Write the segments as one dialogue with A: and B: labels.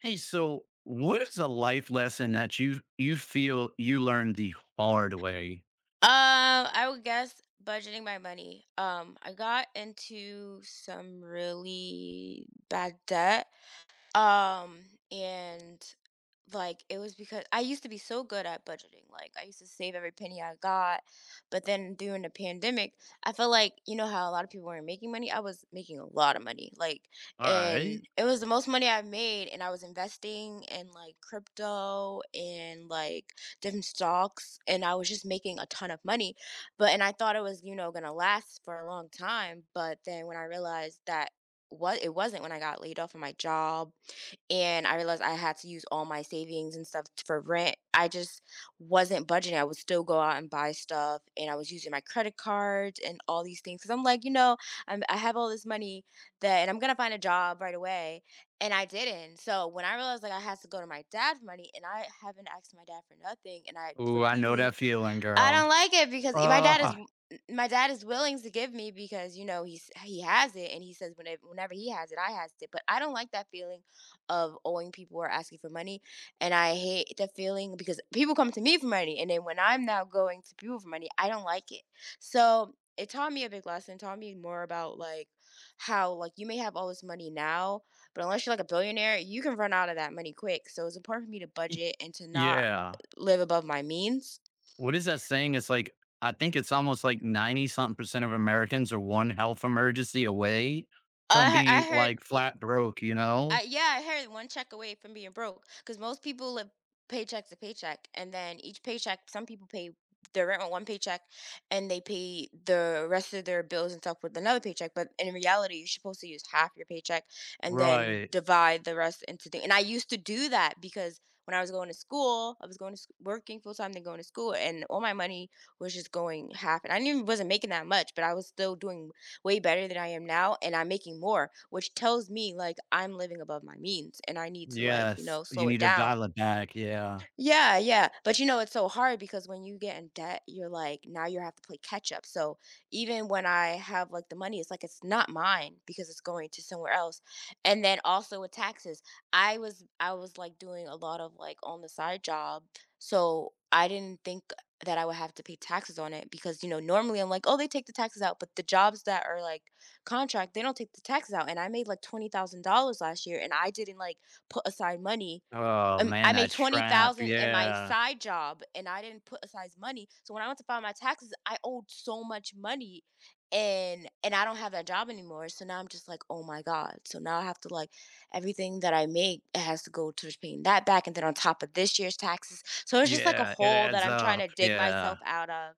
A: Hey, so what is a life lesson that you feel you learned the hard way?
B: I would guess budgeting my money. I got into some really bad debt um, and like it was because I used to be so good at budgeting. Like I used to save every penny I got. But then during the pandemic, I felt like, you know how a lot of people weren't making money? I was making a lot of money. Like
A: All right.
B: and it was the most money I've made, and I was investing in like crypto and like different stocks, and I was just making a ton of money. But and I thought it was, you know, gonna last for a long time. But then when I realized that what it wasn't, when I got laid off from my job and I realized I had to use all my savings and stuff for rent. I just wasn't budgeting. I would still go out and buy stuff, and I was using my credit cards and all these things because I'm like, you know, I have all this money that, and I'm gonna find a job right away, and I didn't. So when I realized like I had to go to my dad for money, and I haven't asked my dad for nothing, and I
A: Ooh, I know
B: repeatedly
A: that feeling,
B: I don't
A: girl.
B: like it because I
A: Uh
B: my dad is willing to give me because, you know, he has it, and he says whenever whenever he has it, I has it, but I don't like that feeling of owing people or asking for money, and I hate the feeling because people come to me for money, and then when I'm now going to people for money, I don't like it. So, it taught me a big lesson, taught me more about, like, how, like, you may have all this money now, but unless you're, like, a billionaire, you can run out of that money quick, so it's important for me to
A: y-
B: budget and to not
A: yeah.
B: live above my means.
A: What is that saying? It's like I think it's almost like 90 something percent of Americans are one health emergency away from being
B: I
A: like
B: heard
A: flat broke, you
B: I
A: know?
B: yeah, I heard one check away from being broke. Cause most people live paycheck to paycheck, and then each paycheck some people pay their rent with one paycheck, and they pay the rest of their bills and stuff with another paycheck, but in reality, you're supposed to use half your paycheck and then
A: Right.
B: divide the rest into things. And I used to do that because when I was going to school, I was going to sch working full time, then going to school, and all my money was just going half, and I didn't even wasn't making that much, but I was still doing way better than I am now and I'm making more, which tells me like I'm living above my means, and I need to like, you
A: Yes.
B: know,
A: You
B: slow it
A: need to
B: down.
A: dial it back. Yeah.
B: Yeah, yeah. But you know, it's so hard because when you get in debt, you're like, now you have to play catch up. So even when I have like the money, it's like it's not mine because it's going to somewhere else. And then also with taxes, I was like doing a lot of like on the side job. So I didn't think that I would have to pay taxes on it because you know, normally I'm like, oh, they take the taxes out, but the jobs that are like contract, they don't take the taxes out. And I made like $20,000 last year and I didn't like put aside money.
A: Oh
B: I
A: man,
B: made
A: that trap.
B: 20,000 in my
A: Yeah.
B: side job, and I didn't put aside money. So when I went to file my taxes, I owed so much money, and I don't have that job anymore. So now I'm just like, "Oh my god." So now I have to like everything that I make has to go towards paying that back and then on top of this year's taxes. So it's just like a
A: Yeah. It
B: hole that
A: adds
B: I'm trying to
A: up.
B: dig
A: Yeah.
B: myself out of.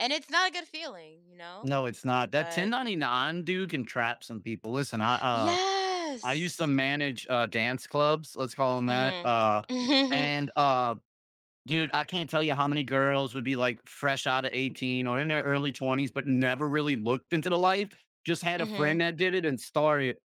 B: And it's not a good feeling, you know?
A: No, it's not. That
B: But
A: 1099 dude can trap some people. Listen, I used to
B: yes.
A: manage dance clubs, let's call them that.
B: Mhm. Mhm.
A: And Dude, I can't tell you how many girls would be like fresh out of 18 or in their early 20s but never really looked into the life. Just had a friend
B: Mhm.
A: that did it and started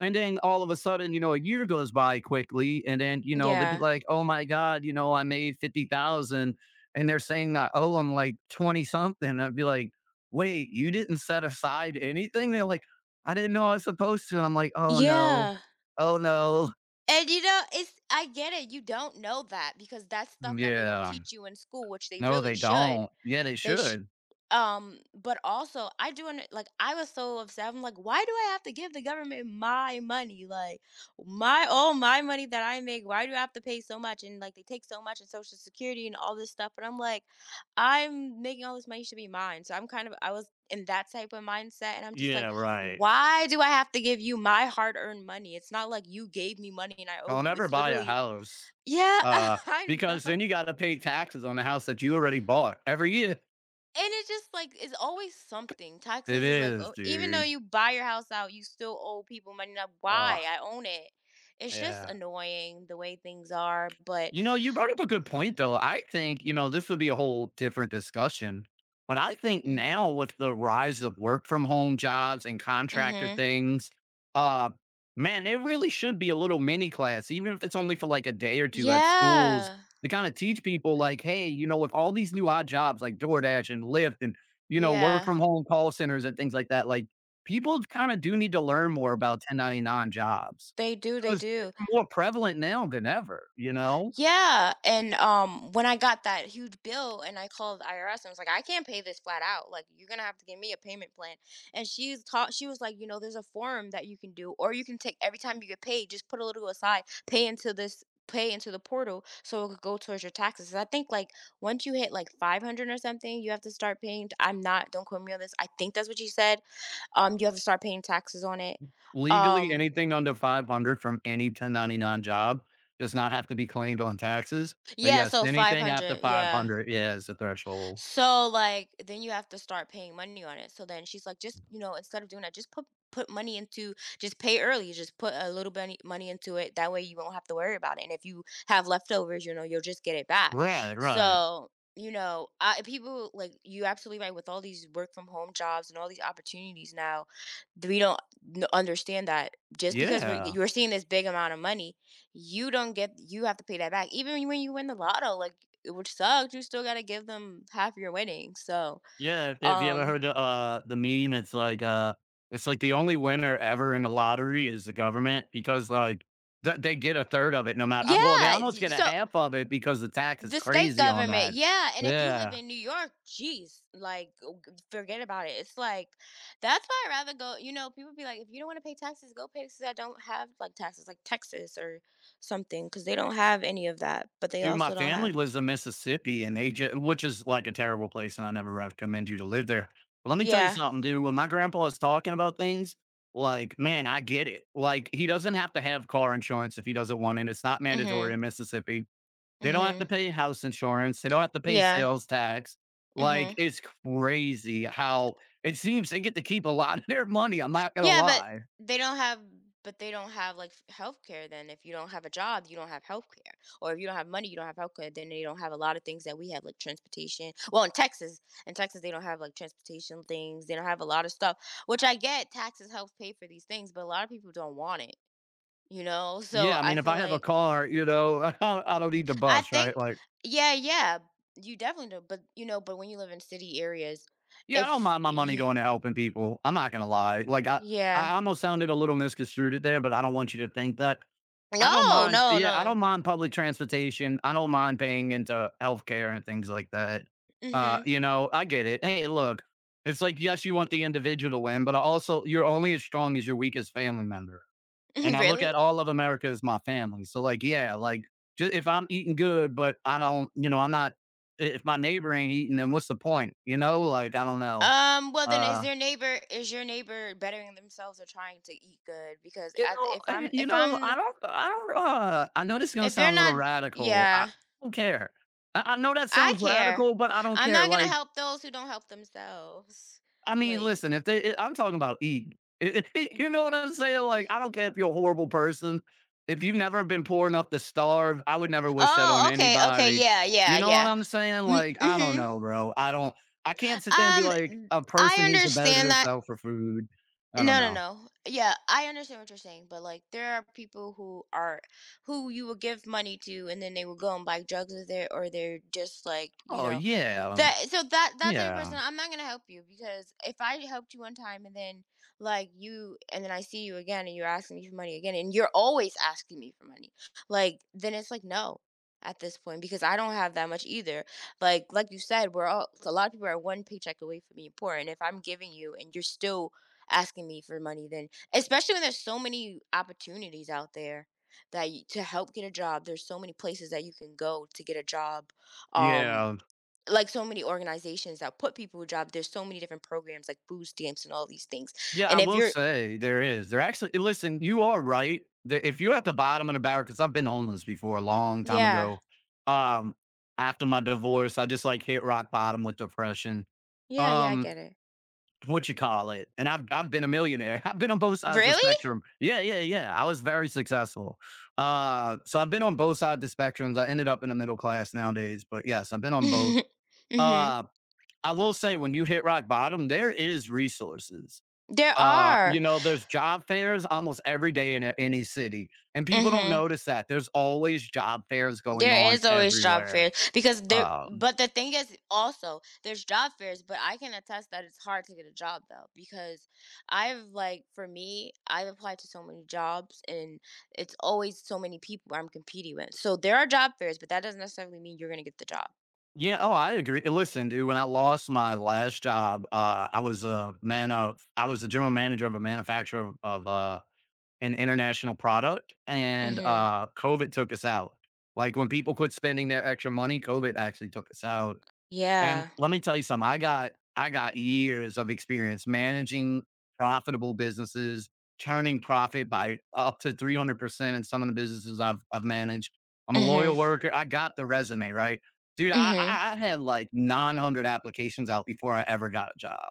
A: and then all of a sudden, you know, a year goes by quickly, and then you know they'd be
B: Yeah.
A: like, "Oh my god, you know, I made 50,000," and they're saying that oh, I'm like 20 something." I'd be like, "Wait, you didn't set aside anything?" They're like, "I didn't know I was supposed to." I'm like, "Oh no,
B: Yeah.
A: oh no,
B: And, you know, it's I get it, you don't know that because that's stuff that they don't
A: yeah,
B: teach you in school, which they
A: no,
B: really
A: they
B: should.
A: don't. Yeah, they
B: They sh
A: should.
B: But also I do under like, I was so upset. I'm like, "Why do I have to give the government my money? Like, my all my money that I make, why do I have to pay so much?" And, like, they take so much in Social Security and all this stuff, but I'm like, "I'm making all this money, it should be mine." So I'm kind of I was in that type of mindset, and I'm just like,
A: Yeah, right.
B: "Why do I have to give you my hard-earned money? It's not like you gave me money and I owe
A: Don't
B: you.
A: ever
B: It's
A: buy a
B: literally"
A: house,
B: Yeah,
A: uh,
B: I
A: because
B: know.
A: then you got to pay taxes on the house that you already bought every year."
B: And it's just like it's always something.
A: It
B: Taxes is like,
A: is,
B: oh, even though
A: dude.
B: you buy your house out, you still owe people money. Now,
A: Ugh.
B: why? I own it. It's just
A: Yeah.
B: annoying the way things are, but
A: You know, you brought up a good point, though. I think, you know, this would be a whole different discussion. But I think now with the rise of work from home jobs and contractor
B: mm-hmm.
A: things, uh, man, it really should be a little mini class, even if it's only for like a day or two at schools
B: Yeah,
A: to kind of teach people, like, hey, you know, with all these new odd jobs like DoorDash and Lyft and, you know, work
B: yeah,
A: from home call centers and things like that, like people kind of do need to learn more about 1099 jobs
B: they do, they
A: because
B: do.
A: they're more prevalent now than ever, you know?
B: Yeah, and when I got that huge bill and I called the IRS and was like, I can't pay this flat out. Like, you're gonna have to give me a payment plan. And she's taught. She was like, you know, there's a form that you can do, or you can take every time you get paid, just put a little aside, pay into this, pay into the portal, so it could go towards your taxes. I think like once you hit like 500 or something, you have to start paying. I'm not. Don't quote me on this. I think that's what she said. You have to start paying taxes on it.
A: Legally,
B: Um,
A: anything under 500 from any 1099 job does not have to be claimed on taxes. But
B: yeah.
A: yes,
B: So
A: anything after
B: 500. Yeah.
A: 500 yeah, is the threshold.
B: So like then you have to start paying money on it. So then she's like, just you know, instead of doing that, just put money into just pay early. Just put a little bit money into it. That way you won't have to worry about it. And if you have leftovers, you know, you'll just get it back.
A: Right, right.
B: So people like you absolutely right with all these work from home jobs and all these opportunities now. We don't understand that just because
A: Yeah.
B: you're seeing this big amount of money you don't get you have to pay that back. Even when you win the lotto, like it would suck, you still gotta give them half your winnings. So
A: Yeah, if you ever
B: um
A: heard the meme, it's like the only winner ever in the lottery is the government because, like, th they get a third of it no matter
B: yeah.
A: well, they almost get a
B: So
A: half of it because the tax is
B: the state
A: crazy on
B: government,
A: that.
B: yeah, and if you live
A: Yeah.
B: in New York, jeez, like oh, forget about it. It's like that's why I would rather go. You know, people be like, if you don't want to pay taxes, go pay taxes. That don't have like taxes, like Texas or something, because they don't have any of that. But they
A: Dude, my
B: also don't have,
A: family lives in Mississippi and they ju which is like a terrible place and I never recommend you to live there. But let me tell you
B: yeah,
A: something, dude, when my grandpa is talking about things, like, man, I get it. Like, he doesn't have to have car insurance if he doesn't want it. It's not
B: mm-hmm,
A: mandatory in Mississippi. They don't have
B: mm-hmm,
A: to pay house insurance. They don't have to pay
B: yeah,
A: sales tax.
B: mm-hmm.
A: Like, it's crazy how it seems they get to keep a lot of their money. I'm not gonna
B: Yeah, but
A: lie.
B: they don't have but they don't have like health care then. If you don't have a job, you don't have health care. Or if you don't have money, you don't have health care, then they don't have a lot of things that we have, like transportation. Well, in Texas they don't have like transportation things. They don't have a lot of stuff. Which I get taxes help pay for these things, but a lot of people don't want it. You know? So
A: Yeah, I
B: I
A: mean, if
B: feel
A: I have a
B: like
A: car, you know, I don't need the
B: I
A: bus, right?
B: think
A: Like
B: yeah, yeah. You definitely do. But you know, but when you live in city areas,
A: Yeah, I don't
B: if
A: mind my money
B: you
A: going to helping people. I'm not gonna lie.
B: yeah.
A: I almost sounded a little misconstrued there, but I don't want you to think that. I don't
B: No,
A: mind.
B: no,
A: Yeah, I
B: no.
A: don't mind public transportation. I don't mind paying into healthcare and things like that.
B: Hmm.
A: You know, I get it. Hey, look, it's like yes, you want the individual to win, but also you're only as strong as your weakest family member. And I look
B: Really?
A: at all of America as my family. So like, yeah, like just if I'm eating good, but I don't, you know, I'm not if my neighbor ain't eating, then what's the point? You know, like I don't know.
B: Well then
A: Uh
B: is your neighbor bettering themselves or trying to eat good? Because
A: you
B: I,
A: know, you
B: if
A: know, I
B: I'm
A: don't I don't I know this is gonna
B: if they're
A: sound a little
B: not
A: radical. I
B: yeah,
A: don't care. I know that
B: I
A: sounds
B: care.
A: radical, but I don't
B: I'm
A: care.
B: not going to
A: Like
B: help those who don't help themselves.
A: I mean,
B: Like
A: listen, if they, I'm talking about eating, you know what I'm saying? Like, I don't care if you're a horrible person. If you've never been poor enough to starve, I would never wish that
B: Oh,
A: on
B: okay. Okay.
A: anybody.
B: Yeah, yeah,
A: You know what
B: yeah.
A: I'm saying?
B: Mm-hmm.
A: Like, I don't know, bro. I can't sit there and be like,
B: Th-
A: a
B: I
A: person needs to better
B: understand that.
A: themselves for food. I don't
B: No, no,
A: know.
B: no. Yeah, I understand what you're saying, but like there are people who are who you will give money to and then they will go and buy drugs with it, or they're just like, you
A: Oh,
B: know,
A: yeah.
B: that so that type of
A: Yeah.
B: person, I'm not gonna help you because if I helped you one time and then like you and then I see you again and you're asking me for money again, and you're always asking me for money, like then it's like no at this point because I don't have that much either. Like you said, we're all a lot of people are one paycheck away from being poor, and if I'm giving you and you're still asking me for money, then especially when there's so many opportunities out there that you, to help get a job, there's so many places that you can go to get a job. Um
A: Yeah.
B: like so many organizations that put people a job. There's so many different programs like food stamps and all these things.
A: Yeah,
B: And
A: I
B: if
A: will
B: you're
A: say there is. There actually listen, you are right. The if you're at the bottom of the barrel, because 'cause I've been homeless before a long time
B: yeah,
A: ago. Um, after my divorce, I just, like, hit rock bottom with depression.
B: yeah, yeah, I
A: Um,
B: get it.
A: what you call it? And I've been a millionaire. I've been on both sides of the
B: Really?
A: spectrum. Yeah, yeah, yeah. I was very successful. So I've been on both sides of the spectrums. I ended up in the middle class nowadays, but yes, I've been on both.
B: Mhm.
A: Uh, I will say when you hit rock bottom, there is resources.
B: There
A: You
B: are.
A: know, there's job fairs almost every day in a any city, and people don't
B: Mhm.
A: notice that. There's always job fairs going
B: There
A: on
B: is always job
A: everywhere.
B: fairs because there
A: Um,
B: but the thing is also there's job fairs, but I can attest that it's hard to get a job though because I've like for me, I've applied to so many jobs and it's always so many people I'm competing with. So there are job fairs, but that doesn't necessarily mean you're going to get the job.
A: yeah, oh, I agree. And listen, dude, when I lost my last job, I was a man of I was the general manager of a manufacturer of, an international product, and,
B: Mhm.
A: COVID took us out. Like, when people quit spending their extra money, COVID actually took us out. And
B: Yeah.
A: let me tell you something. I got years of experience managing profitable businesses, turning profit by up to 300% in some of the businesses I've managed. I'm a loyal
B: Mhm.
A: worker. I got the resume, right? Dude,
B: Mhm.
A: I had like 900 applications out before I ever got a job.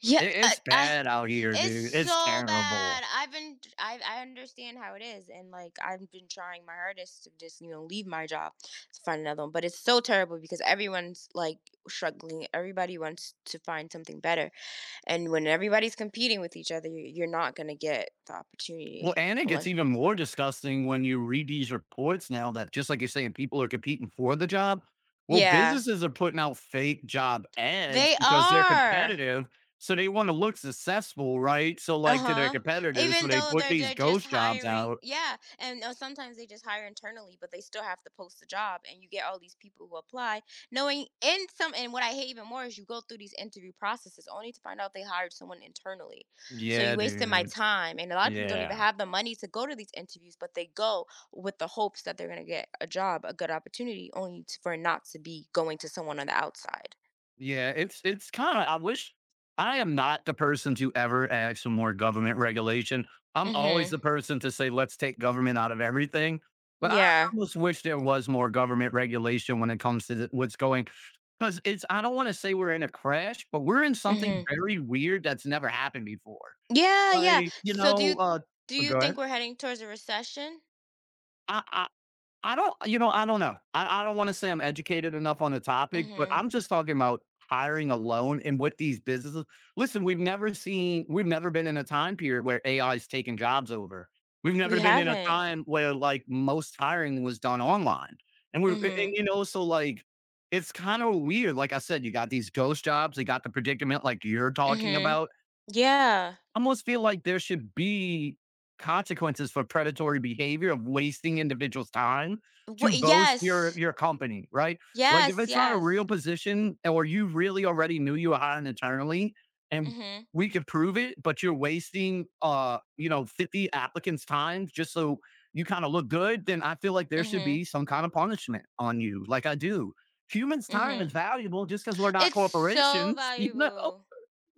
B: Yeah,
A: It's
B: I
A: bad out here,
B: it's
A: dude. It's
B: so
A: terrible.
B: bad. I've been I understand how it is and like I've been trying my hardest to just, you know, leave my job to find another one, but it's so terrible because everyone's like struggling. Everybody wants to find something better. And when everybody's competing with each other, you're not going to get the
A: Well,
B: opportunity
A: and it gets
B: unless
A: even more disgusting when you read these reports now that just like you're saying, people are competing for the job. Well,
B: yeah.
A: businesses are putting out fake job ads
B: They
A: because they're
B: are.
A: competitive. So they want to look successful, right? So like to their
B: Uh-huh.
A: competitors. So
B: Even
A: they
B: though
A: put
B: they're
A: these
B: they're just
A: ghost jobs
B: hiring.
A: out.
B: Yeah. And sometimes they just hire internally, but they still have to post the job and you get all these people who apply. Knowing in some and what I hate even more is you go through these interview processes only to find out they hired someone internally. So you
A: Yeah,
B: wasted my
A: dude.
B: time and a lot of people don't even
A: Yeah.
B: have the money to go to these interviews, but they go with the hopes that they're going to get a job, a good opportunity only to, for it not to be going to someone on the outside.
A: Yeah, it's kinda I wish I am not the person to ever ask for more government regulation. I'm always
B: Mhm.
A: the person to say, "Let's take government out of everything." But I
B: Yeah.
A: almost wish there was more government regulation when it comes to the what's going. Because it's I don't wanna say we're in a crash, but we're in something
B: Mhm.
A: very weird that's never happened before.
B: Yeah, yeah.
A: Like, you
B: So do
A: know,
B: you do you
A: Go ahead.
B: think we're heading towards a recession?
A: I I don't you know, I don't know. I don't wanna say I'm educated enough on the topic, but
B: Mhm.
A: I'm just talking about hiring alone and what these businesses listen, we've never been in a time period where A is taken jobs over. We've
B: We
A: never been in a
B: haven't.
A: time where, like, most hiring was done online. And we're and,
B: Mhm.
A: you know, so, like, it's kinda weird. Like I said, you got these ghost jobs, you got the predicament like you're talking
B: Mhm.
A: about
B: Yeah.
A: almost feel like there should be consequences for predatory behavior of wasting individuals' time to boast
B: Yes.
A: your company, right? Like if
B: Yes,
A: it's not a real
B: yes.
A: position or you really already knew you were hiring internally and
B: Mhm.
A: we could prove it, but you're wasting you know, 50 applicants' time just so you kind of look good, then I feel like there should
B: Mhm.
A: be some kind of punishment on you, like I do. Humans' time
B: Mhm.
A: is valuable just because we're not
B: It's so
A: corporations, you know?
B: valuable.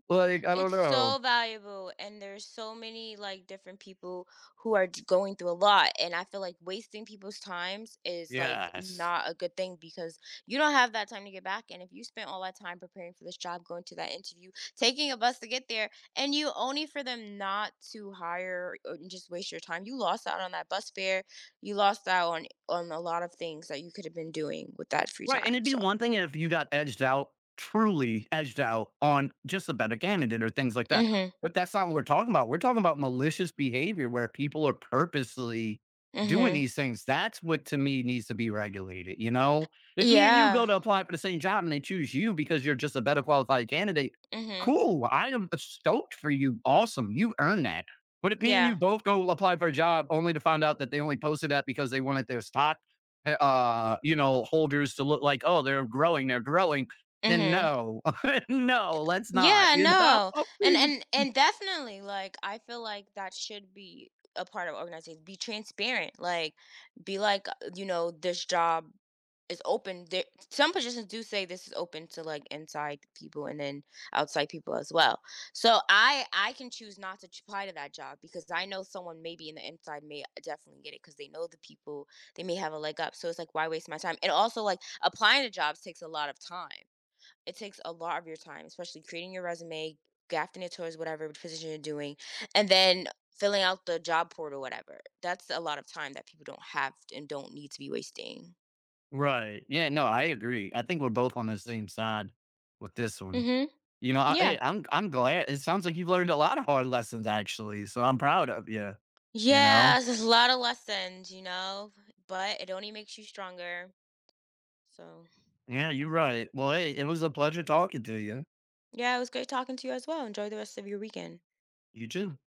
A: Like, I don't
B: It's
A: know.
B: so valuable, and there's so many like different people who are going through a lot, and I feel like wasting people's times is like
A: Yes.
B: not a good thing because you don't have that time to get back. And if you spent all that time preparing for this job, going to that interview, taking a bus to get there, and you only for them not to hire or and just waste your time, you lost out on that bus fare. You lost out on a lot of things that you could have been doing with that free
A: Right, and
B: time.
A: it'd be
B: So,
A: one thing if you got edged out, truly edged out on just a better candidate or things like that.
B: mhm,
A: But that's not what we're talking about. We're talking about malicious behavior where people are purposely doing
B: mhm,
A: these things. That's what to me needs to be regulated. You know, if me and you
B: yeah,
A: go to apply for the same job and they choose you because you're just a better qualified candidate,
B: mhm,
A: cool. I am stoked for you. Awesome. You earned that. But if me and you
B: yeah,
A: both go apply for a job only to find out that they only posted that because they wanted their stock you know, holders to look like, oh, they're growing, they're growing. Then
B: mhm.
A: no, no, let's not,
B: Yeah,
A: you know?
B: no. And and and definitely like I feel like that should be a part of organizations. Be transparent. Like be like, you know, this job is open. There, some positions do say this is open to like inside people and then outside people as well. So I can choose not to apply to that job because I know someone maybe in the inside may definitely get it because they know the people. They may have a leg up. So it's like why waste my time? And also like applying to jobs takes a lot of time. It takes a lot of your time, especially creating your resume, drafting it towards whatever position you're doing, and then filling out the job portal, whatever. That's a lot of time that people don't have and don't need to be wasting.
A: Right. Yeah, no, I agree. I think we're both on the same side with this one.
B: Mhm.
A: You know,
B: Yeah.
A: hey, I'm glad. It sounds like you've learned a lot of hard lessons actually, so I'm proud of you. You know,
B: Yeah, there's a lot of lessons, you know, but it only makes you stronger. So,
A: yeah, you're
B: yeah.
A: right. Well, hey, it was a pleasure talking to you.
B: Yeah, it was great talking to you as well. Enjoy the rest of your weekend.
A: You too.